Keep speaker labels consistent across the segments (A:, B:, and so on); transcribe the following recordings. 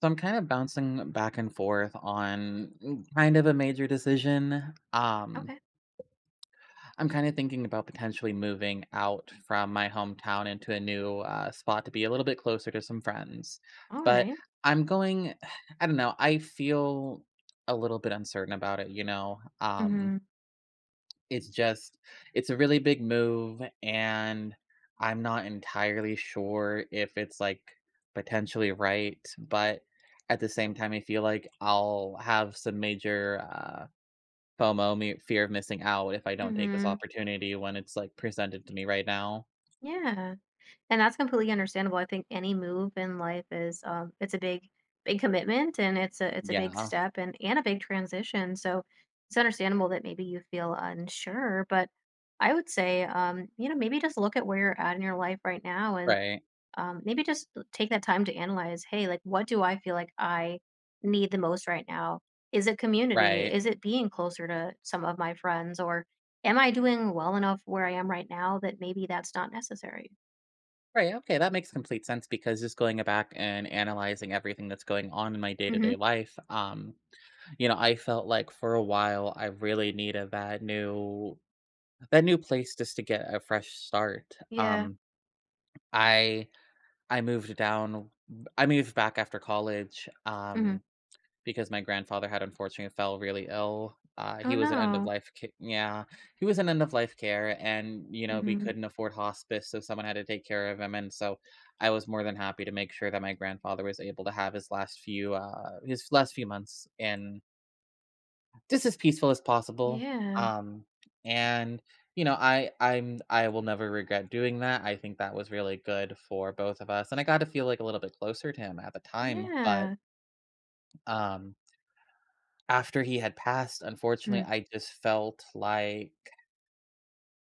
A: So I'm kind of bouncing back and forth on kind of a major decision.
B: Okay.
A: I'm kind of thinking about potentially moving out from my hometown into a new spot to be a little bit closer to some friends.
B: All
A: But
B: right.
A: I'm going, I don't know, I feel a little bit uncertain about it.
B: Mm-hmm.
A: It's just it's a really big move, and I'm not entirely sure if it's, like, potentially right, but at the same time, I feel like I'll have some major, FOMO, me fear of missing out if I don't take this
B: Mm-hmm.
A: opportunity when it's, like, presented to me right now.
B: Yeah. And that's completely understandable. I think any move in life is it's a big commitment, and it's a big
A: Yeah.
B: step and a big transition. So it's understandable that maybe you feel unsure, but I would say you know, maybe just look at where you're at in your life right now, and
A: Right.
B: maybe just take that time to analyze, hey, like, what do I feel like I need the most right now? Is it community?
A: Right.
B: Is it being closer to some of my friends, or am I doing well enough where I am right now that maybe that's not necessary?
A: Right, okay, that makes complete sense because just going back and analyzing everything that's going on in my day-to-day
B: Mm-hmm.
A: life. You know, I felt like for a while I really needed that new place just to get a fresh start.
B: Yeah.
A: I I moved down I moved back after college
B: Mm-hmm.
A: because my grandfather had unfortunately fell really ill.
B: Oh
A: He was an end of
B: no.
A: life ca- yeah, he was in end of life care, and you know, we
B: Mm-hmm.
A: couldn't afford hospice, so someone had to take care of him. And so I was more than happy to make sure that my grandfather was able to have his last few months in just as peaceful as possible.
B: Yeah.
A: um, and, you know, I will never regret doing that. I think that was really good for both of us, and I got to feel, like, a little bit closer to him at the time.
B: Yeah.
A: Um, After he had passed, unfortunately, I just felt like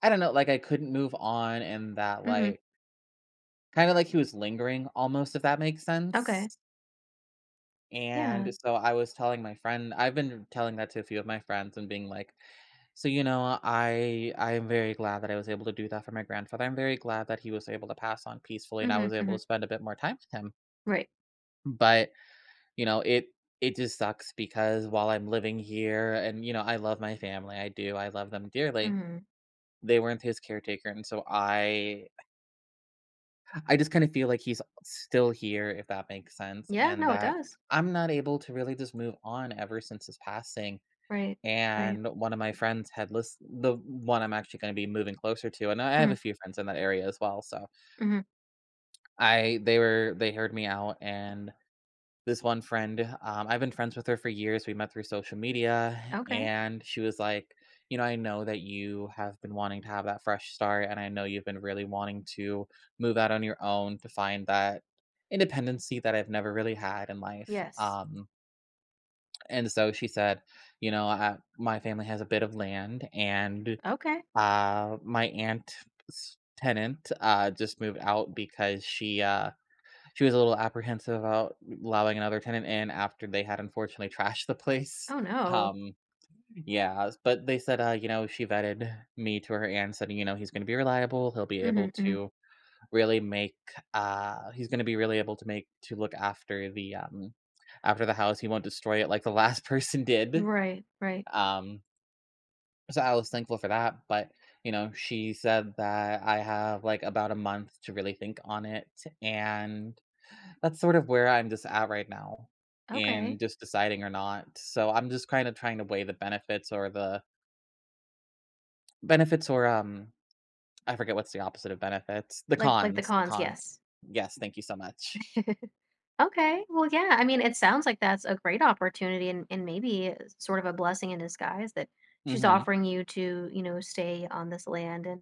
A: I don't know, like, I couldn't move on, and that,
B: Mm-hmm.
A: like, kinda like he was lingering almost, if that makes
B: Okay.
A: sense.
B: Yeah.
A: And so I was telling my friend I've been telling that to a few of my friends and being like, so, you know, I am very glad that I was able to do that for my grandfather. I'm very glad that he was able to pass on peacefully and I
B: Mm-hmm,
A: was
B: mm-hmm.
A: able to spend a bit more time with him.
B: Right.
A: But, you know, it just sucks because while I'm living here, and you know, I love my family. I do. I love them dearly.
B: Mm-hmm.
A: They weren't his caretaker, and so I just kind of feel like he's still here, if that makes sense,
B: Yeah,
A: and
B: no, it
A: that
B: does.
A: I'm not able to really just move on ever since his passing.
B: Right. Right.
A: And one of my friends had list the one I'm actually gonna be moving closer to, and I have a few friends in that area as well. So
B: Mm-hmm.
A: I they were they heard me out. And this one friend, I've been friends with her for years. We met through social media,
B: Okay.
A: and she was like, "You know, I know that you have been wanting to have that fresh start, and I know you've been really wanting to move out on your own to find that independency that I've never really had in life."
B: Yes.
A: And so she said, "You know, I, my family has a bit of land, and
B: Okay.
A: My aunt's tenant, just moved out because she was a little apprehensive about allowing another tenant in after they had unfortunately trashed the place.
B: Oh no.
A: Um, yeah, but they said, you know, she vetted me to her aunt, said, you know, "He's gonna be reliable, he'll be able
B: Mm-hmm.
A: to really make, he's gonna be really able to make to look after the house. He won't destroy it like the last person did."
B: Right, right.
A: Um so I was thankful for that. But, you know, she said that I have, like, about a month to really think on it, and that's sort of where I'm just at right now
B: Okay.
A: in just deciding or not. So I'm just kinda trying to weigh the benefits or the benefits or, um, I forget what's the opposite of benefits. The
B: Like the
A: cons, the
B: cons,
A: con.
B: yes.
A: Yes, thank you so much.
B: Okay. Well, yeah, I mean, it sounds like that's a great opportunity, and maybe it's sort of a blessing in disguise that she's
A: Mhm.
B: offering you to, you know, stay on this land and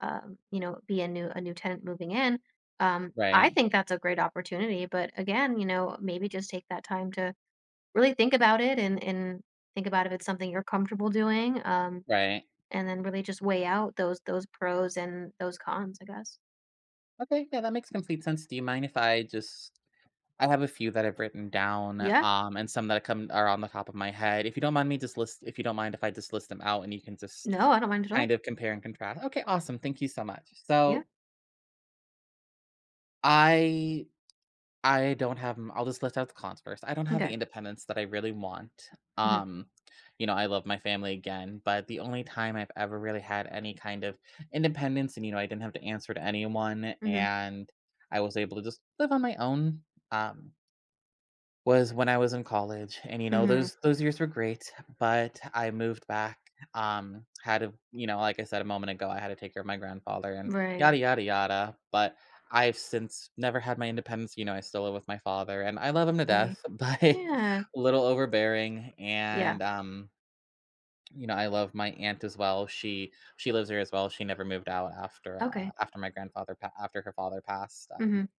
B: you know, be a new tenant moving in. I
A: Right.
B: think that's a great opportunity, but again, you know, maybe just take that time to really think about it and think about if it's something you're comfortable doing.
A: Right.
B: And then really just weigh out those pros and those cons, I guess.
A: Okay, yeah, that makes complete sense. Do you mind if I just I have a few that I've written down,
B: Yeah.
A: and some that come are on the top of my head. If you don't mind if I just list them out, and you can just
B: No, I don't mind at all.
A: kind of compare and contrast. Okay, awesome. Thank you so much.
B: Yeah.
A: So I I don't have m- I'll just list out the cons first. I don't have
B: Okay.
A: the independence that I really want.
B: Mhm.
A: Um, you know, I love my family again, but the only time I've ever really had any kind of independence, and you know, I didn't have to answer to anyone
B: Mhm.
A: and I was able to just live on my own. Um, Was when I was in college, and, you know,
B: Mhm.
A: those years were great, but I moved back, had to, you know, like I said a moment ago, I had to take care of my grandfather and yada,
B: Right.
A: yada, yada. But I've since never had my independence. You know, I still live with my father, and I love him to
B: Right.
A: death, but a
B: Yeah.
A: little overbearing.
B: Yeah.
A: You know, I love my aunt as well. She lives here as well. She never moved out after,
B: Okay.
A: after my grandfather pa after her father passed.
B: Mhm.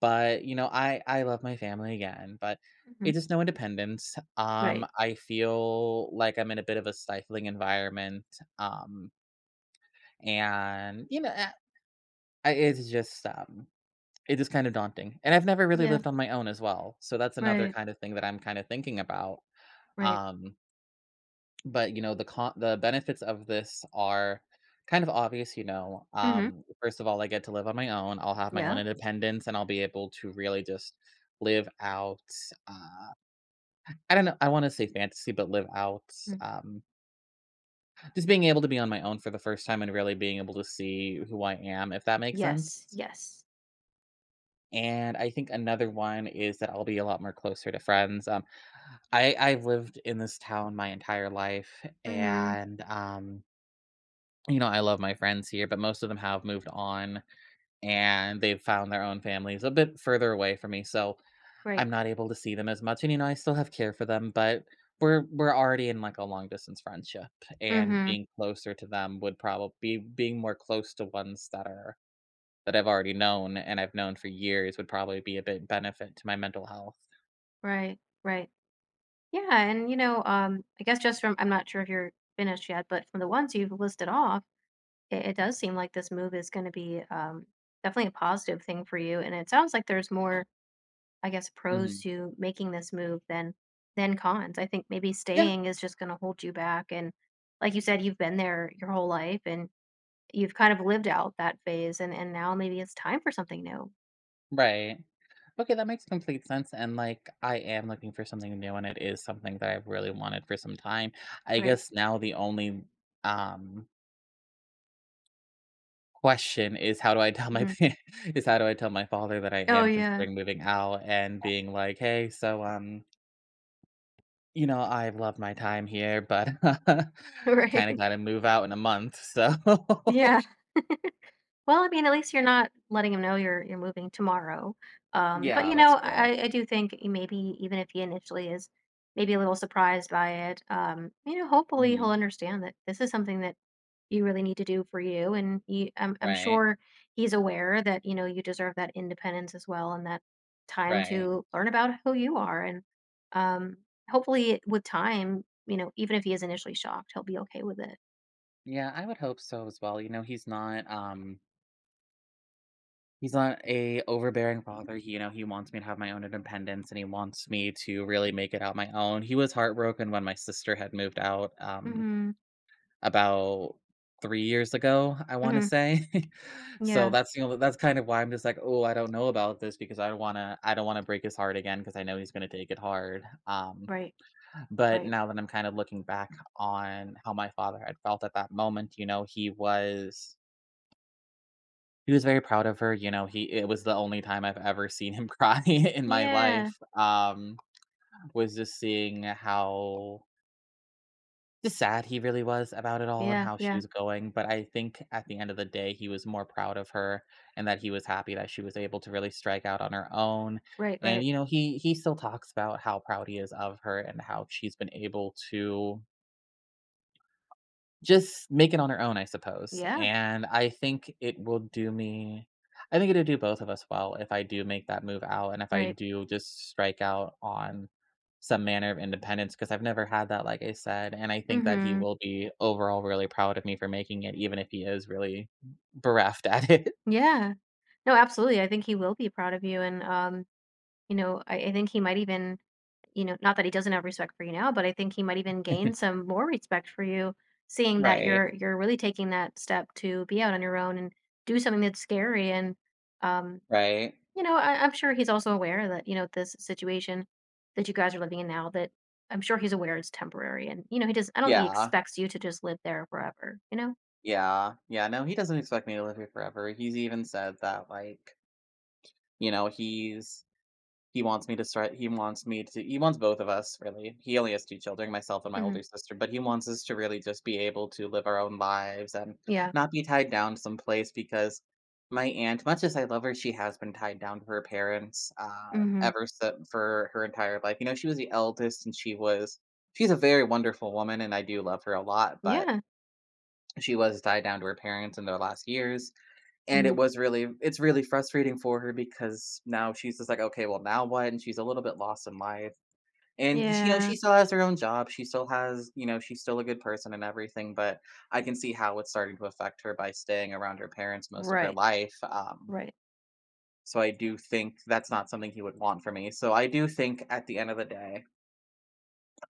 A: But, you know, I love my family again, but
B: Mhm.
A: it's just no independence.
B: Right.
A: I feel like I'm in a bit of a stifling environment. Um, and you know, eh, I, it's just it is kind of daunting. And I've never really
B: Yeah.
A: lived on my own as well, so that's another
B: Right.
A: kind of thing that I'm kind of thinking about.
B: Right.
A: Um, But, you know, the benefits of this are kind of obvious. You know,
B: Mhm.
A: first of all, I get to live on my own, I'll have my own
B: Yeah.
A: independence, and I'll be able to really just live out, uh, I don't know, I wanna say fantasy, but live out,
B: Mm.
A: um, just being able to be on my own for the first time and really being able to see who I am, if that makes sense?
B: Yes. Yes.
A: And I think another one is that I'll be a lot more closer to friends. I've lived in this town my entire life,
B: Mhm.
A: and, you know, I love my friends here, but most of them have moved on and they've found their own families a bit further away from me. So
B: Right.
A: I'm not able to see them as much. And you know, I still have care for them, but we're already in like a long distance friendship. And
B: Mhm.
A: being closer to them would probably be being more close to ones that are that I've already known, and I've known for years, would probably be a bit benefit to my mental health.
B: Right. Right. Yeah, and you know, I guess just from, I'm not sure if you're finished yet, but from the ones you've listed off, it does seem like this move is going to be definitely a positive thing for you. And it sounds like there's more, I guess, pros
A: Mhm.
B: to making this move than cons. I think maybe staying is just going to hold you back. And like you said, you've been there your whole life and you've kind of lived out that phase. And now maybe it's time for something new.
A: Right. Okay, that makes complete sense. And like, I am looking for something new, and it is something that I've really wanted for some time. I
B: Right.
A: guess now the only um, question is how do I tell my
B: Hmm.
A: pa- is how do I tell my father that I
B: Oh
A: am
B: yeah,
A: considering moving out, and being like, hey, so you know, I've loved my time here, but
B: right.
A: kind of got to move out in a month. So
B: Yeah. Well, I mean, at least you're not letting him know you're moving tomorrow. But
A: yeah,
B: you know,
A: that's true.
B: I do think maybe even if he initially is maybe a little surprised by it, you know, hopefully he'll
A: Mhm.
B: understand that this is something that you really need to do for you. And you, I'm
A: Right.
B: sure he's aware that, you know, you deserve that independence as well and that time
A: Right.
B: to learn about who you are. And um, hopefully with time, you know, even if he is initially shocked, he'll be okay with it.
A: Yeah, I would hope so as well. You know, he's not he's not a overbearing father. He, you know, he wants me to have my own independence, and he wants me to really make it out my own. He was heartbroken when my sister had moved out,
B: Mm-hmm.
A: about 3 years ago, I wanna
B: Mm-hmm.
A: say. So
B: Yeah.
A: that's, you know, that's kind of why I'm just like, "Oh, I don't know about this," because I don't wanna break his heart again, because I know he's gonna take it hard.
B: Right.
A: But
B: Right.
A: now that I'm kind of looking back on how my father had felt at that moment, you know, he was very proud of her. You know, he it was the only time I've ever seen him cry in my
B: Yeah.
A: life. Was just seeing how just sad he really was about it all and
B: Yeah.
A: how she
B: Yeah.
A: was going. But I think at the end of the day, he was more proud of her, and that he was happy that she was able to really strike out on her own.
B: Right.
A: And,
B: Right.
A: you know, he still talks about how proud he is of her and how she's been able to just make it on her own, I suppose.
B: Yeah.
A: And I think it will do me I think it'll do both of us well if I do make that move out, and if I
B: Right.
A: do just strike out on some manner of independence, because 'cause I've never had that, like I said, and I think that he
B: Mm-hmm.
A: will be overall really proud of me for making it, even if he is really bereft at it.
B: Yeah. No, absolutely. I think he will be proud of you. And, you know, I think he might even, you know, not that he doesn't have respect for you now, but I think he might even gain some more respect for you, seeing that
A: Right,
B: you're really taking that step to be out on your own and do something that's scary. And um,
A: right.
B: you know, I'm sure he's also aware that, you know, this situation that you guys are living in now. That I'm sure he's aware it's temporary, and you know, he does. I don't think he
A: Yeah,
B: expects you to just live there forever. You know?
A: yeah, no, he doesn't expect me to live here forever. He's even said that, like, you know, he wants me to start he wants both of us, really. He only has 2 children, myself and my
B: Hmm.
A: older sister, but he wants us to really just be able to live our own lives and
B: Yeah.
A: not be tied down someplace. Because my aunt, much as I love her, she has been tied down to her parents,
B: Hmm.
A: ever since for her entire life. You know, she was the eldest, and she's a very wonderful woman, and I do love her a lot. But
B: Yeah.
A: she was tied down to her parents in their last years, and
B: Mm.
A: it's really frustrating for her, because now she's just like, "Okay, well, now what?" And she's a little bit lost in life. And she you know,
B: Yeah.
A: she still has her own job, she still has, you know, she's still a good person and everything. But I can see how it's starting to affect her by staying around her parents most of her
B: Right.
A: life.
B: Right.
A: So I do think that's not something he would want for me. So I do think at the end of the day,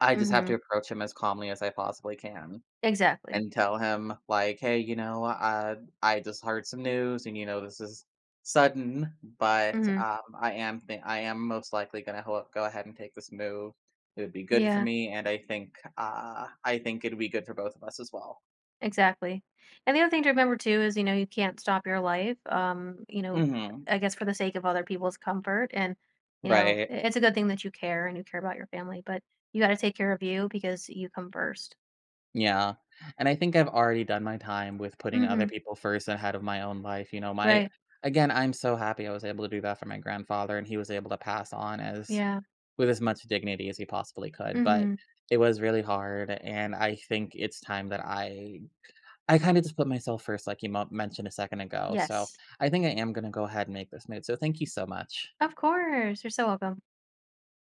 A: I just have
B: Hmm.
A: to approach him as calmly as I possibly can
B: Exactly.
A: and tell him like, "Hey, you know, I just heard some news, and you know, this is sudden. But
B: Hmm.
A: I am most likely going to go ahead and take this move. It would be good for
B: Yeah.
A: me, and I think it'd be good for both of us as well."
B: Exactly. And the other thing to remember too is, you know, you can't stop your life, you know,
A: Hmm.
B: I guess for the sake of other people's comfort. And, you know,
A: Right.
B: it's a good thing that you care and you care about your family, but you got to take care of you because you come first.
A: Yeah. And I think I've already done my time with putting other
B: Mm-hmm.
A: people first and ahead of my own life. You know, my
B: Right.
A: again, I'm so happy I was able to do that for my grandfather, and he was able to pass on as
B: Yeah.
A: with as much dignity as he possibly could. But
B: Mm-hmm.
A: it was really hard, and I think it's time that I kinda just put myself first, like you mo mentioned a second ago. So
B: Yes.
A: I think I am gonna go ahead and make this move. So thank you so much.
B: Of course. You're so welcome.